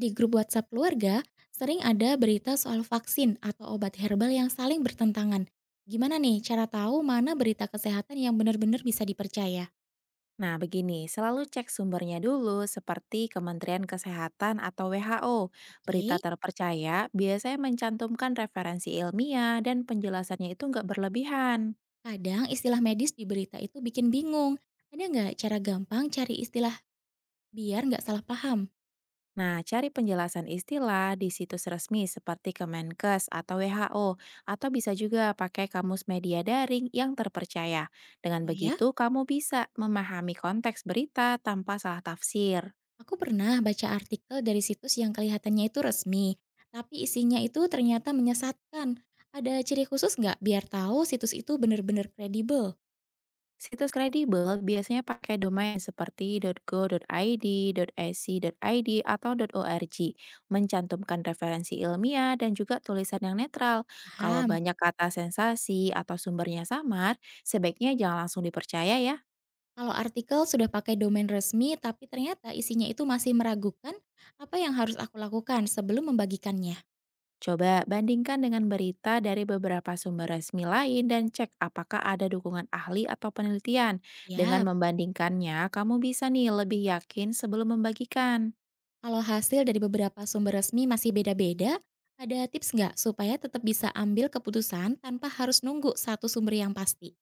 Di grup WhatsApp keluarga, sering ada berita soal vaksin atau obat herbal yang saling bertentangan. Gimana nih cara tahu mana berita kesehatan yang benar-benar bisa dipercaya? Nah, begini, selalu cek sumbernya dulu seperti Kementerian Kesehatan atau WHO. Berita Oke, terpercaya biasanya mencantumkan referensi ilmiah dan penjelasannya itu nggak berlebihan. kadang istilah medis di berita itu bikin bingung. Ada nggak cara gampang cari istilah biar nggak salah paham? Nah, cari penjelasan istilah di situs resmi seperti Kemenkes atau WHO, atau bisa juga pakai kamus media daring yang terpercaya. Dengan Oh ya, begitu, kamu bisa memahami konteks berita tanpa salah tafsir. aku pernah baca artikel dari situs yang kelihatannya itu resmi, tapi isinya itu ternyata menyesatkan. Ada ciri khusus nggak biar tahu situs itu benar-benar kredibel? Situs kredibel biasanya pakai domain seperti .go.id, .ac.id, atau .org, mencantumkan referensi ilmiah dan juga tulisan yang netral. Kalau Paham? banyak kata sensasi atau sumbernya samar, sebaiknya jangan langsung dipercaya ya. Kalau artikel sudah pakai domain resmi tapi ternyata isinya itu masih meragukan, apa yang harus aku lakukan sebelum membagikannya? Coba bandingkan dengan berita dari beberapa sumber resmi lain dan cek apakah ada dukungan ahli atau penelitian. Dengan Yap. membandingkannya, kamu bisa nih lebih yakin sebelum membagikan. Kalau hasil dari beberapa sumber resmi masih beda-beda, ada tips nggak supaya tetap bisa ambil keputusan tanpa harus nunggu satu sumber yang pasti?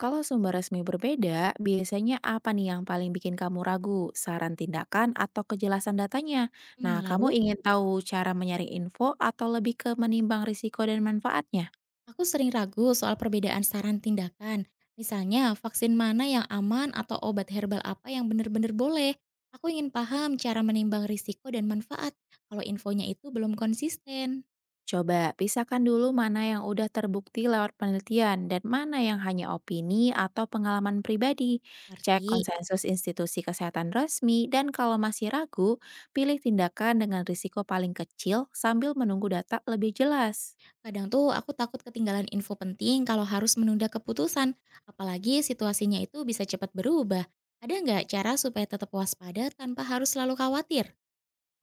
Kalau sumber resmi berbeda, biasanya apa nih yang paling bikin kamu ragu? Saran tindakan atau kejelasan datanya? Hmm, Nah, kamu lalu, ingin tahu cara menyaring info atau lebih ke menimbang risiko dan manfaatnya? aku sering ragu soal perbedaan saran tindakan. Misalnya, vaksin mana yang aman atau obat herbal apa yang benar-benar boleh. Aku ingin paham cara menimbang risiko dan manfaat kalau infonya itu belum konsisten. Coba pisahkan dulu mana yang udah terbukti lewat penelitian dan mana yang hanya opini atau pengalaman pribadi. Ngerti. Cek konsensus institusi kesehatan resmi dan kalau masih ragu, pilih tindakan dengan risiko paling kecil sambil menunggu data lebih jelas. Kadang tuh aku takut ketinggalan info penting kalau harus menunda keputusan, apalagi situasinya itu bisa cepat berubah. Ada nggak cara supaya tetap waspada tanpa harus selalu khawatir?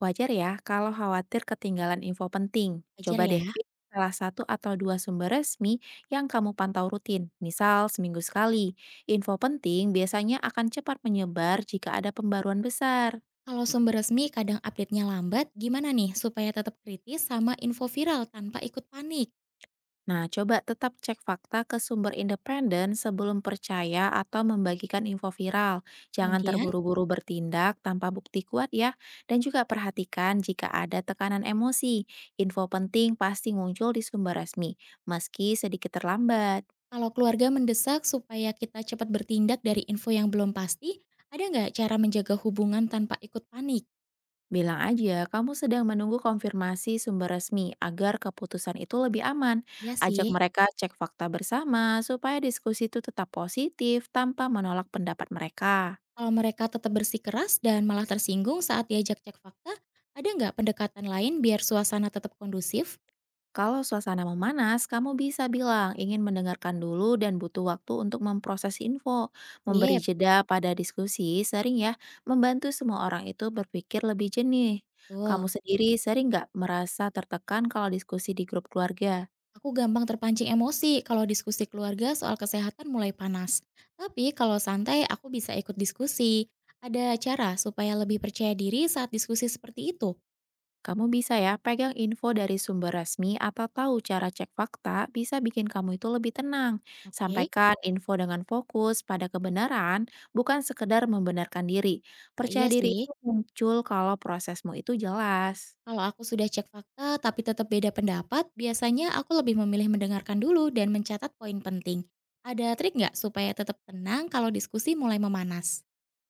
Wajar ya kalau khawatir ketinggalan info penting. Ajar Coba ya. deh pilih salah satu atau dua sumber resmi yang kamu pantau rutin, misal seminggu sekali. Info penting biasanya akan cepat menyebar jika ada pembaruan besar. Kalau sumber resmi kadang update-nya lambat, gimana nih supaya tetap kritis sama info viral tanpa ikut panik? Nah, coba tetap cek fakta ke sumber independen sebelum percaya atau membagikan info viral. Jangan Kemudian, terburu-buru bertindak tanpa bukti kuat ya. Dan juga perhatikan jika ada tekanan emosi. Info penting pasti muncul di sumber resmi, meski sedikit terlambat. kalau keluarga mendesak supaya kita cepat bertindak dari info yang belum pasti, ada nggak cara menjaga hubungan tanpa ikut panik? Bilang aja kamu sedang menunggu konfirmasi sumber resmi agar keputusan itu lebih aman. Ya Ajak sih. mereka cek fakta bersama supaya diskusi itu tetap positif tanpa menolak pendapat mereka. Kalau mereka tetap bersikeras dan malah tersinggung saat diajak cek fakta, ada nggak pendekatan lain biar suasana tetap kondusif? Kalau suasana memanas, kamu bisa bilang ingin mendengarkan dulu dan butuh waktu untuk memproses info. Memberi Sip. jeda pada diskusi sering ya membantu semua orang itu berpikir lebih jernih. Betul. Kamu sendiri sering nggak merasa tertekan kalau diskusi di grup keluarga? Aku gampang terpancing emosi kalau diskusi keluarga soal kesehatan mulai panas. Tapi kalau santai, aku bisa ikut diskusi. Ada cara supaya lebih percaya diri saat diskusi seperti itu. Kamu bisa ya pegang info dari sumber resmi atau tahu cara cek fakta bisa bikin kamu itu lebih tenang. Oke, Sampaikan info dengan fokus pada kebenaran, bukan sekedar membenarkan diri. wah iya Percaya diri sih. itu muncul kalau prosesmu itu jelas. Kalau aku sudah cek fakta tapi tetap beda pendapat, biasanya aku lebih memilih mendengarkan dulu dan mencatat poin penting. Ada trik nggak supaya tetap tenang kalau diskusi mulai memanas?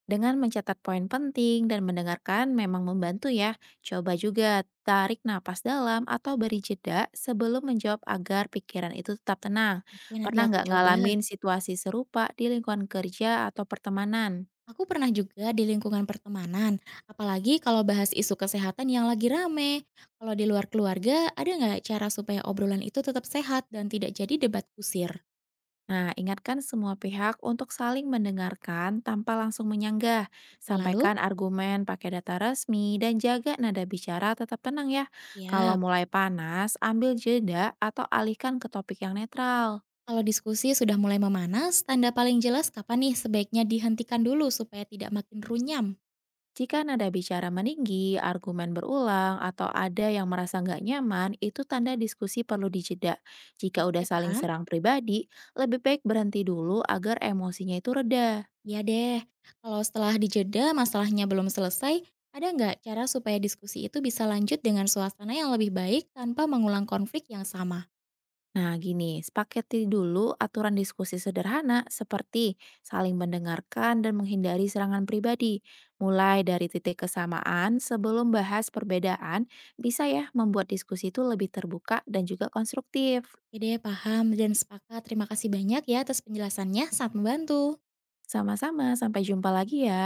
Dengan mencatat poin penting dan mendengarkan memang membantu ya. Coba juga tarik napas dalam atau beri jeda sebelum menjawab agar pikiran itu tetap tenang. Oke, nanti Pernah aku nggak coba. ngalamin situasi serupa di lingkungan kerja atau pertemanan? Aku pernah juga di lingkungan pertemanan, apalagi kalau bahas isu kesehatan yang lagi rame. Kalau di luar keluarga, ada nggak cara supaya obrolan itu tetap sehat dan tidak jadi debat kusir? Nah, ingatkan semua pihak untuk saling mendengarkan tanpa langsung menyanggah. Oke, lalu? Sampaikan argumen pakai data resmi dan jaga nada bicara tetap tenang ya. Kalau Ya, mulai panas, ambil jeda atau alihkan ke topik yang netral. kalau diskusi sudah mulai memanas, tanda paling jelas kapan nih sebaiknya dihentikan dulu supaya tidak makin runyam? Jika nada bicara meninggi, argumen berulang, atau ada yang merasa nggak nyaman, itu tanda diskusi perlu dijeda. Jika udah Oke, saling paham. serang pribadi, lebih baik berhenti dulu agar emosinya itu reda. Ya deh, kalau setelah dijeda masalahnya belum selesai, ada nggak cara supaya diskusi itu bisa lanjut dengan suasana yang lebih baik tanpa mengulang konflik yang sama? Nah, gini, sepakati dulu aturan diskusi sederhana seperti saling mendengarkan dan menghindari serangan pribadi. Mulai dari titik kesamaan sebelum bahas perbedaan, bisa ya membuat diskusi itu lebih terbuka dan juga konstruktif. Oke deh, paham dan sepakat. Terima kasih banyak ya atas penjelasannya, sangat membantu. Sama-sama, sampai jumpa lagi ya.